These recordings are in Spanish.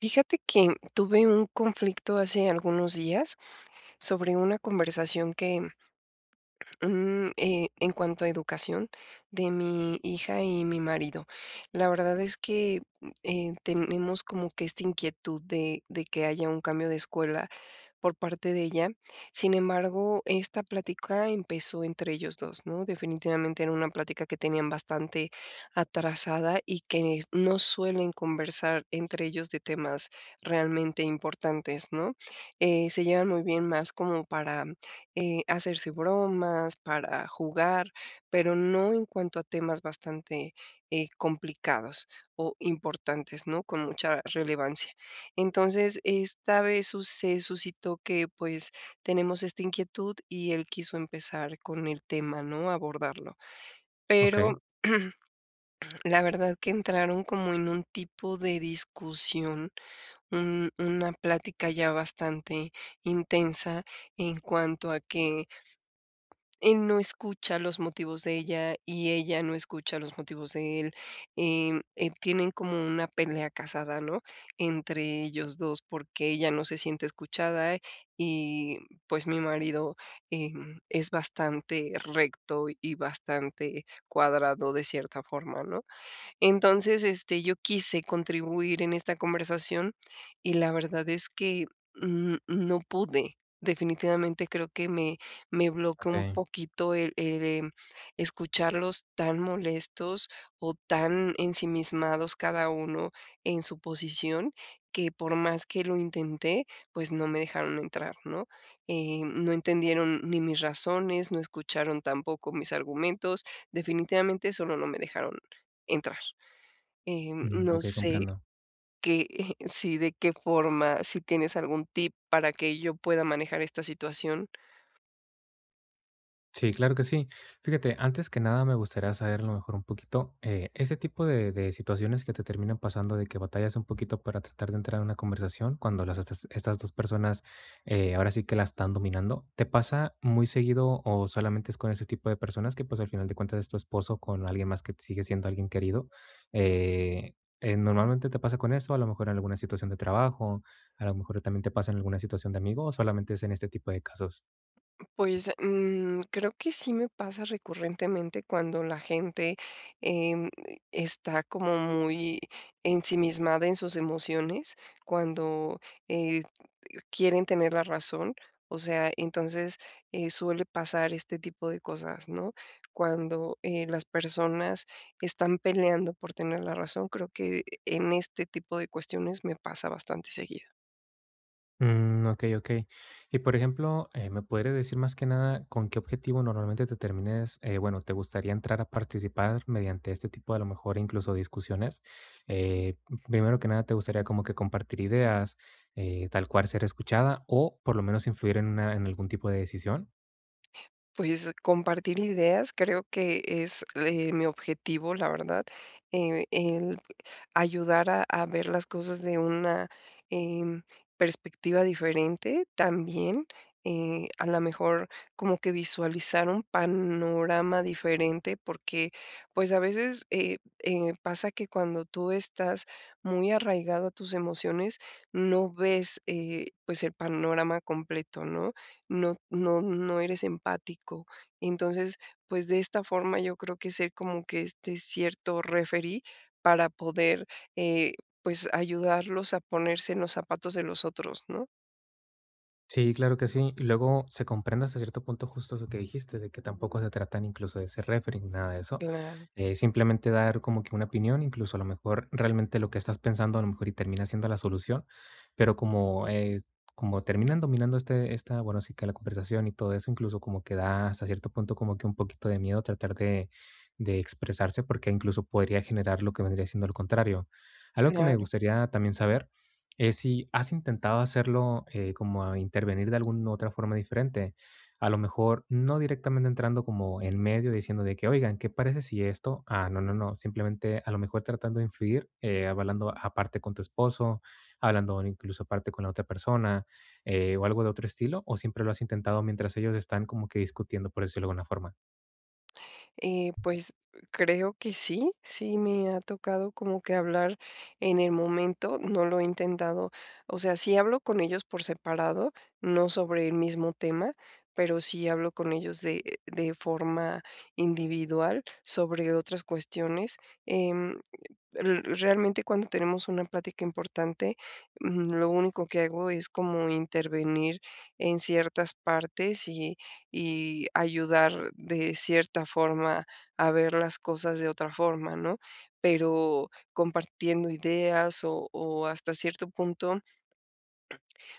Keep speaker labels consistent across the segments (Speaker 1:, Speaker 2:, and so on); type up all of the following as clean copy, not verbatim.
Speaker 1: Fíjate que tuve un conflicto hace algunos días sobre una conversación que en cuanto a educación de mi hija y mi marido, la verdad es que, tenemos como que esta inquietud de que haya un cambio de escuela por parte de ella. Sin embargo, esta plática empezó entre ellos 2, ¿no? Definitivamente era una plática que tenían bastante atrasada y que no suelen conversar entre ellos de temas realmente importantes, ¿no? Se llevan muy bien más como para hacerse bromas, para jugar, pero no en cuanto a temas bastante complicados o importantes, ¿no? Con mucha relevancia. Entonces, esta vez se suscitó que pues tenemos esta inquietud y él quiso empezar con el tema, ¿no? Abordarlo.
Speaker 2: Okey,
Speaker 1: Pero... La verdad que entraron como en un tipo de discusión, una plática ya bastante intensa en cuanto a que él no escucha los motivos de ella y ella no escucha los motivos de él. Tienen como una pelea casada, ¿no? Entre ellos dos, porque ella no se siente escuchada, y pues mi marido es bastante recto y bastante cuadrado de cierta forma, ¿no? Entonces, este, yo quise contribuir en esta conversación y la verdad es que, no pude. Definitivamente creo que me bloqueó un
Speaker 2: okey.
Speaker 1: poquito el escucharlos tan molestos o tan ensimismados cada uno en su posición, que por más que lo intenté, pues no me dejaron entrar, ¿no? No entendieron ni mis razones, no escucharon tampoco mis argumentos, definitivamente solo no me dejaron entrar. No
Speaker 2: Okey,
Speaker 1: sé
Speaker 2: comprendo.
Speaker 1: qué si de qué forma, si tienes algún tip para que yo pueda manejar esta situación.
Speaker 2: Sí, claro que sí. Fíjate, antes que nada me gustaría saber a lo mejor un poquito ese tipo de situaciones que te terminan pasando, de que batallas un poquito para tratar de entrar en una conversación cuando estas dos personas ahora sí que la están dominando. ¿Te pasa muy seguido o solamente es con ese tipo de personas que pues al final de cuentas es tu esposo con alguien más que sigue siendo alguien querido? Eh, ¿Normalmente te pasa con eso? A lo mejor en alguna situación de trabajo, a lo mejor también te pasa en alguna situación de amigo o solamente es en este tipo de casos?
Speaker 1: Pues, creo que sí me pasa recurrentemente cuando la gente, em, está como muy ensimismada en sus emociones, cuando, eh, quieren tener la razón. O sea, entonces, suele pasar este tipo de cosas, ¿no? Cuando, las personas están peleando por tener la razón, creo que en este tipo de cuestiones me pasa bastante seguido.
Speaker 2: Ok, ok. Y por ejemplo, ¿me podrías decir más que nada con qué objetivo normalmente te termines, bueno, te gustaría entrar a participar mediante este tipo de a lo mejor incluso discusiones? Eh, primero que nada, ¿te gustaría como que compartir ideas, tal cual ser escuchada o por lo menos influir en en algún tipo de decisión?
Speaker 1: Pues, compartir ideas creo que es, mi objetivo, la verdad, el ayudar a ver las cosas de una, em, perspectiva diferente también, a lo mejor como que visualizar un panorama diferente, porque, pues, a veces, pasa que cuando tú estás muy arraigado a tus emociones, no ves, pues, el panorama completo, ¿no? No eres empático. Entonces, pues, de esta forma yo creo que ser como que este cierto referí para poder, eh, pues, ayudarlos a ponerse en los zapatos de los otros, ¿no?
Speaker 2: Sí, claro que sí. Y luego se comprende hasta cierto punto justo eso que dijiste, de que tampoco se tratan incluso de ser referee, ni nada de eso.
Speaker 1: Claro,
Speaker 2: Simplemente dar como que una opinión, incluso a lo mejor realmente lo que estás pensando a lo mejor y termina siendo la solución, pero como terminan dominando bueno, sí que la conversación y todo eso, incluso como que da hasta cierto punto como que un poquito de miedo tratar de expresarse porque incluso podría generar lo que vendría siendo lo contrario. Algo que me
Speaker 1: claro.
Speaker 2: gustaría también saber es si has intentado hacerlo, como a intervenir de alguna otra forma diferente, a lo mejor no directamente entrando como en medio diciendo de que, oigan, ¿qué parece si esto? Ah, no, no, no, simplemente a lo mejor tratando de influir, hablando aparte con tu esposo, hablando incluso aparte con la otra persona, o algo de otro estilo, o siempre lo has intentado mientras ellos están como que discutiendo, por decirlo de alguna forma.
Speaker 1: Pues creo que sí, sí me ha tocado como que hablar en el momento, no lo he intentado, o sea, sí hablo con ellos por separado, no sobre el mismo tema, pero sí hablo con ellos de forma individual sobre otras cuestiones. em, Realmente cuando tenemos una plática importante, lo único que hago es como intervenir en ciertas partes y ayudar de cierta forma a ver las cosas de otra forma, ¿no? Pero compartiendo ideas o hasta cierto punto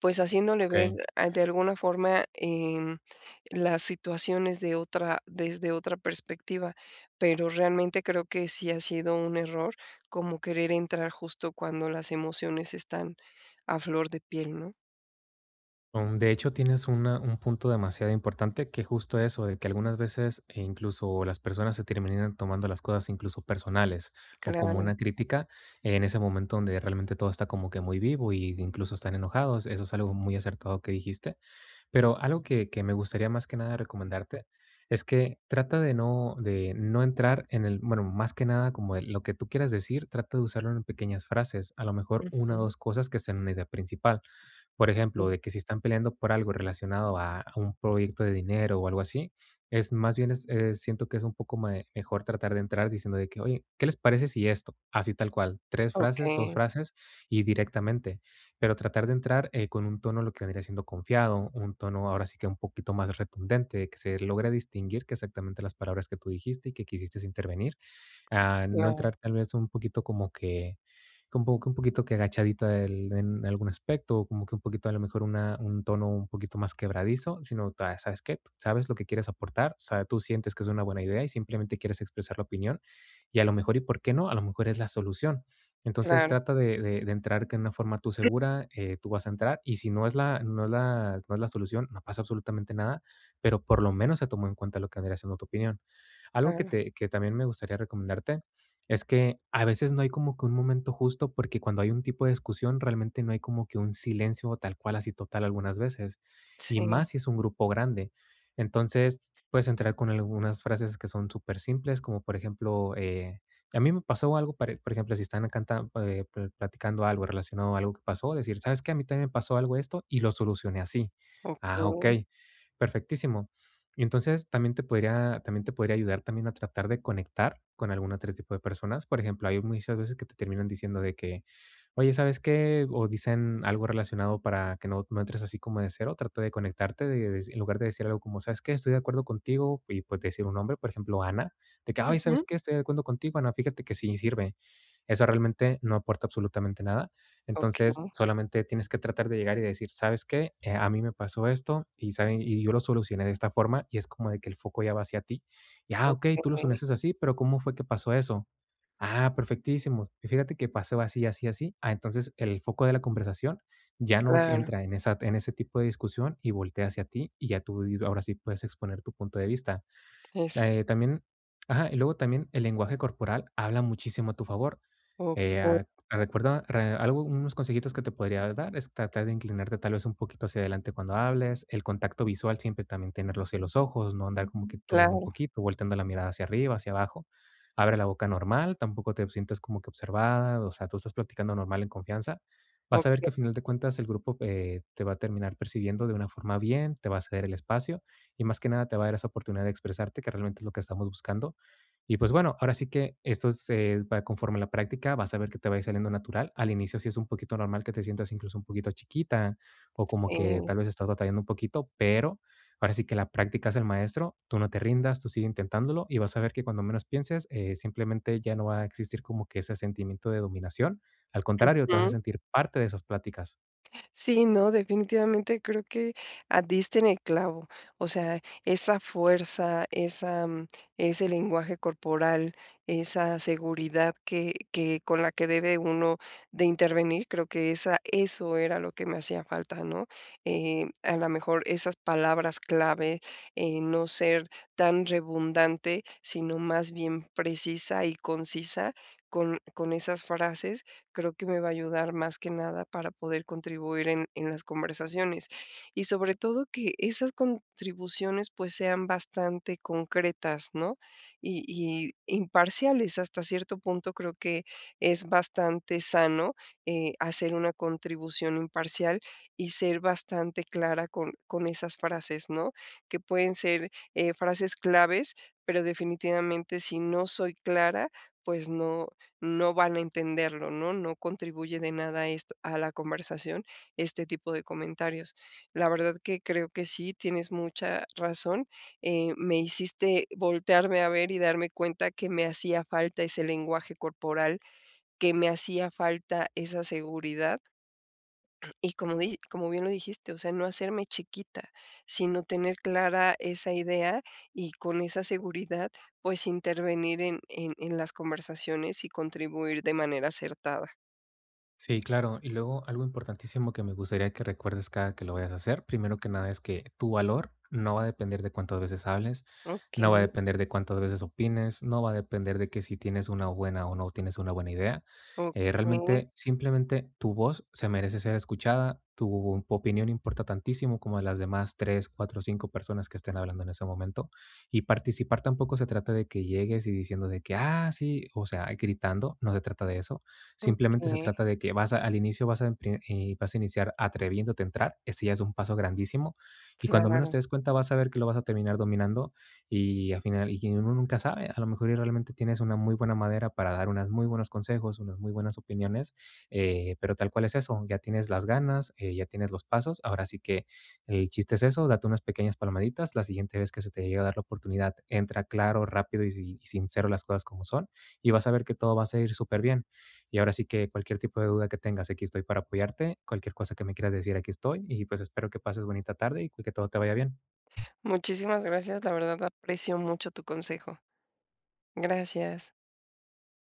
Speaker 1: pues haciéndole ver,
Speaker 2: Ok.
Speaker 1: ah, de alguna forma, las situaciones de otra desde otra perspectiva, pero realmente creo que sí ha sido un error como querer entrar justo cuando las emociones están a flor de piel, ¿no?
Speaker 2: De hecho, tienes una un punto demasiado importante, que justo eso, de que algunas veces, incluso las personas se terminan tomando las cosas incluso personales, o como
Speaker 1: Claro.
Speaker 2: una crítica, en ese momento donde realmente todo está como que muy vivo y incluso están enojados. Eso es algo muy acertado que dijiste. Pero algo que me gustaría más que nada recomendarte es que trata de no entrar en el bueno, más que nada como de lo que tú quieras decir, trata de usarlo en pequeñas frases, a lo mejor una o
Speaker 1: Ujú.
Speaker 2: 2 cosas que sean una idea principal. Por ejemplo,
Speaker 1: Sí.
Speaker 2: de que si están peleando por algo relacionado a un proyecto de dinero o algo así, es más bien es, siento que es un poco me mejor tratar de entrar diciendo de que: "Oye, ¿qué les parece si esto?". Así tal cual, 3 frases, 2
Speaker 1: Okey.
Speaker 2: frases y directamente pero tratar de entrar con un tono lo que vendría siendo confiado, un tono ahora sí que un poquito más retundente, que se logra distinguir que exactamente las palabras que tú dijiste y que quisiste intervenir a no
Speaker 1: Claro,
Speaker 2: entrar tal vez un poquito como que un poquito que agachadita del- en algún aspecto, o como que un poquito a lo mejor un tono un poquito más quebradizo, sino, ta- ¿sabes qué? Tú Sabes lo que quieres aportar, sa- tú sientes que es una buena idea y simplemente quieres expresar la opinión y a lo mejor, ¿y por qué no? A lo mejor es la solución. Entonces
Speaker 1: claro,
Speaker 2: trata de entrar que en una forma tú segura, tú vas a entrar y si no es no es la solución, no pasa absolutamente nada, pero por lo menos se tomó en cuenta lo que vendría siendo tu opinión. Algo que
Speaker 1: claro.
Speaker 2: te que también me gustaría recomendarte es que a veces no hay como que un momento justo, porque cuando hay un tipo de discusión, realmente no hay como que un silencio tal cual, así total algunas veces, y
Speaker 1: Sí.
Speaker 2: más si es un grupo grande. Entonces, puedes entrar con algunas frases que son súper simples, como por ejemplo, a mí me pasó algo, pare- por ejemplo, si están canta- pl- platicando algo relacionado a algo que pasó, decir, ¿sabes qué? A mí también me pasó algo esto y lo solucioné así. Ah, ok,
Speaker 1: Okey.
Speaker 2: perfectísimo y entonces también te podría ayudar también a tratar de conectar con algún otro tipo de personas. Por ejemplo, hay muchas veces que te terminan diciendo de que: "Oye, ¿sabes qué?", o dicen algo relacionado para que no entres así como de cero, trata de conectarte de en lugar de decir algo como: "¿Sabes qué? Estoy de acuerdo contigo", y pues decir un nombre, por ejemplo, Ana, de que: "Ay,
Speaker 1: Ujú.
Speaker 2: ¿sabes qué? Estoy de acuerdo contigo, Ana, fíjate que sí sirve". Eso realmente no aporta absolutamente nada.
Speaker 1: Okey.
Speaker 2: Entonces, solamente tienes que tratar de llegar y decir: "¿Sabes qué? A mí me pasó esto y saben y yo lo solucioné de esta forma", y es como de que el foco ya va hacia ti. Y, ah,
Speaker 1: O
Speaker 2: okey, tú lo solucionaste así, pero ¿cómo fue que pasó eso? Ah, perfectísimo. Y fíjate que pasó así, así, así. Ah, entonces el foco de la conversación ya no
Speaker 1: claro.
Speaker 2: entra en esa en ese tipo de discusión y voltea hacia ti, y ya tú di ahora sí puedes exponer tu punto de vista.
Speaker 1: Eso.
Speaker 2: También ajá, y luego también el lenguaje corporal habla muchísimo a tu favor.
Speaker 1: Okey.
Speaker 2: Recuerda re algo, unos consejitos que te podría dar es tratar de inclinarte tal vez un poquito hacia adelante cuando hables, el contacto visual siempre también tenerlo hacia los ojos, no andar como que Ujú. Un
Speaker 1: Claro.
Speaker 2: poquito, volteando la mirada hacia arriba, hacia abajo. Abre la boca normal, tampoco te sientas como que observada, o sea, tú estás platicando normal en confianza. Vas a ver
Speaker 1: Okey.
Speaker 2: que al final de cuentas el grupo, te va a terminar percibiendo de una forma bien, te va a ceder el espacio y más que nada te va a dar esa oportunidad de expresarte, que realmente es lo que estamos buscando. Y pues bueno, ahora sí que esto es, va conforme a la práctica, vas a ver que te va a ir saliendo natural. Al inicio sí es un poquito normal que te sientas incluso un poquito chiquita o como que
Speaker 1: Sí.
Speaker 2: tal vez estás batallando un poquito, pero ahora sí que la práctica es el maestro, tú no te rindas, tú sigue intentándolo y vas a ver que cuando menos pienses, simplemente ya no va a existir como que ese sentimiento de dominación. Al contrario, te vas a sentir parte de esas pláticas.
Speaker 1: Sí, no, definitivamente creo que ah, diste en el clavo. O sea, esa fuerza, esa, ese lenguaje corporal, esa seguridad que con la que debe uno de intervenir, creo que esa, eso era lo que me hacía falta, ¿no? A lo mejor esas palabras clave, no ser tan redundante, sino más bien precisa y concisa con esas frases creo que me va a ayudar más que nada para poder contribuir en las conversaciones. Y sobre todo que esas contribuciones pues sean bastante concretas, ¿no? Y imparciales hasta cierto punto creo que es bastante sano hacer una contribución imparcial y ser bastante clara con esas frases, ¿no? Que pueden ser frases claves, pero definitivamente si no soy clara, pues no van a entenderlo, ¿no? No contribuye de nada esto a la conversación este tipo de comentarios. La verdad que creo que sí, tienes mucha razón. Me hiciste voltearme a ver y darme cuenta que me hacía falta ese lenguaje corporal, que me hacía falta esa seguridad y como di como bien lo dijiste, o sea, no hacerme chiquita, sino tener clara esa idea y con esa seguridad, pues, intervenir en las conversaciones y contribuir de manera acertada.
Speaker 2: Sí, claro. Y luego algo importantísimo que me gustaría que recuerdes cada que lo vayas a hacer, primero que nada es que tu valor no va a depender de cuántas veces hables, no va a
Speaker 1: Okey,
Speaker 2: depender de cuántas veces opines, no va a depender de que si tienes una buena o no tienes una buena idea.
Speaker 1: okey,
Speaker 2: Realmente, simplemente tu voz se merece ser escuchada, tu opinión importa tantísimo como las demás tres, cuatro, cinco personas que estén hablando en ese momento. Y participar tampoco se trata de que llegues y diciendo de que, ah, sí, o sea, gritando, no se trata de eso. Simplemente se
Speaker 1: okey,
Speaker 2: trata de que vas a- al inicio vas a, empri- vas a iniciar atreviéndote a entrar. Ese ya es un paso grandísimo. Y cuando menos
Speaker 1: claro.
Speaker 2: te des cuenta, vas a ver que lo vas a terminar dominando. Y al final, y uno nunca sabe, a lo mejor y realmente tienes una muy buena madera para dar unos muy buenos consejos, unas muy buenas opiniones. Pero tal cual es eso, ya tienes las ganas, ya tienes los pasos. Ahora sí que el chiste es eso, date unas pequeñas palmaditas. La siguiente vez que se te llegue a dar la oportunidad, entra claro, rápido y, si- y sincero las cosas como son. Y vas a ver que todo va a ir súper bien. Y ahora sí que cualquier tipo de duda que tengas, aquí estoy para apoyarte. Cualquier cosa que me quieras decir, aquí estoy. Y pues espero que pases bonita tarde y que todo te vaya bien.
Speaker 1: Muchísimas gracias, la verdad aprecio mucho tu consejo. Gracias.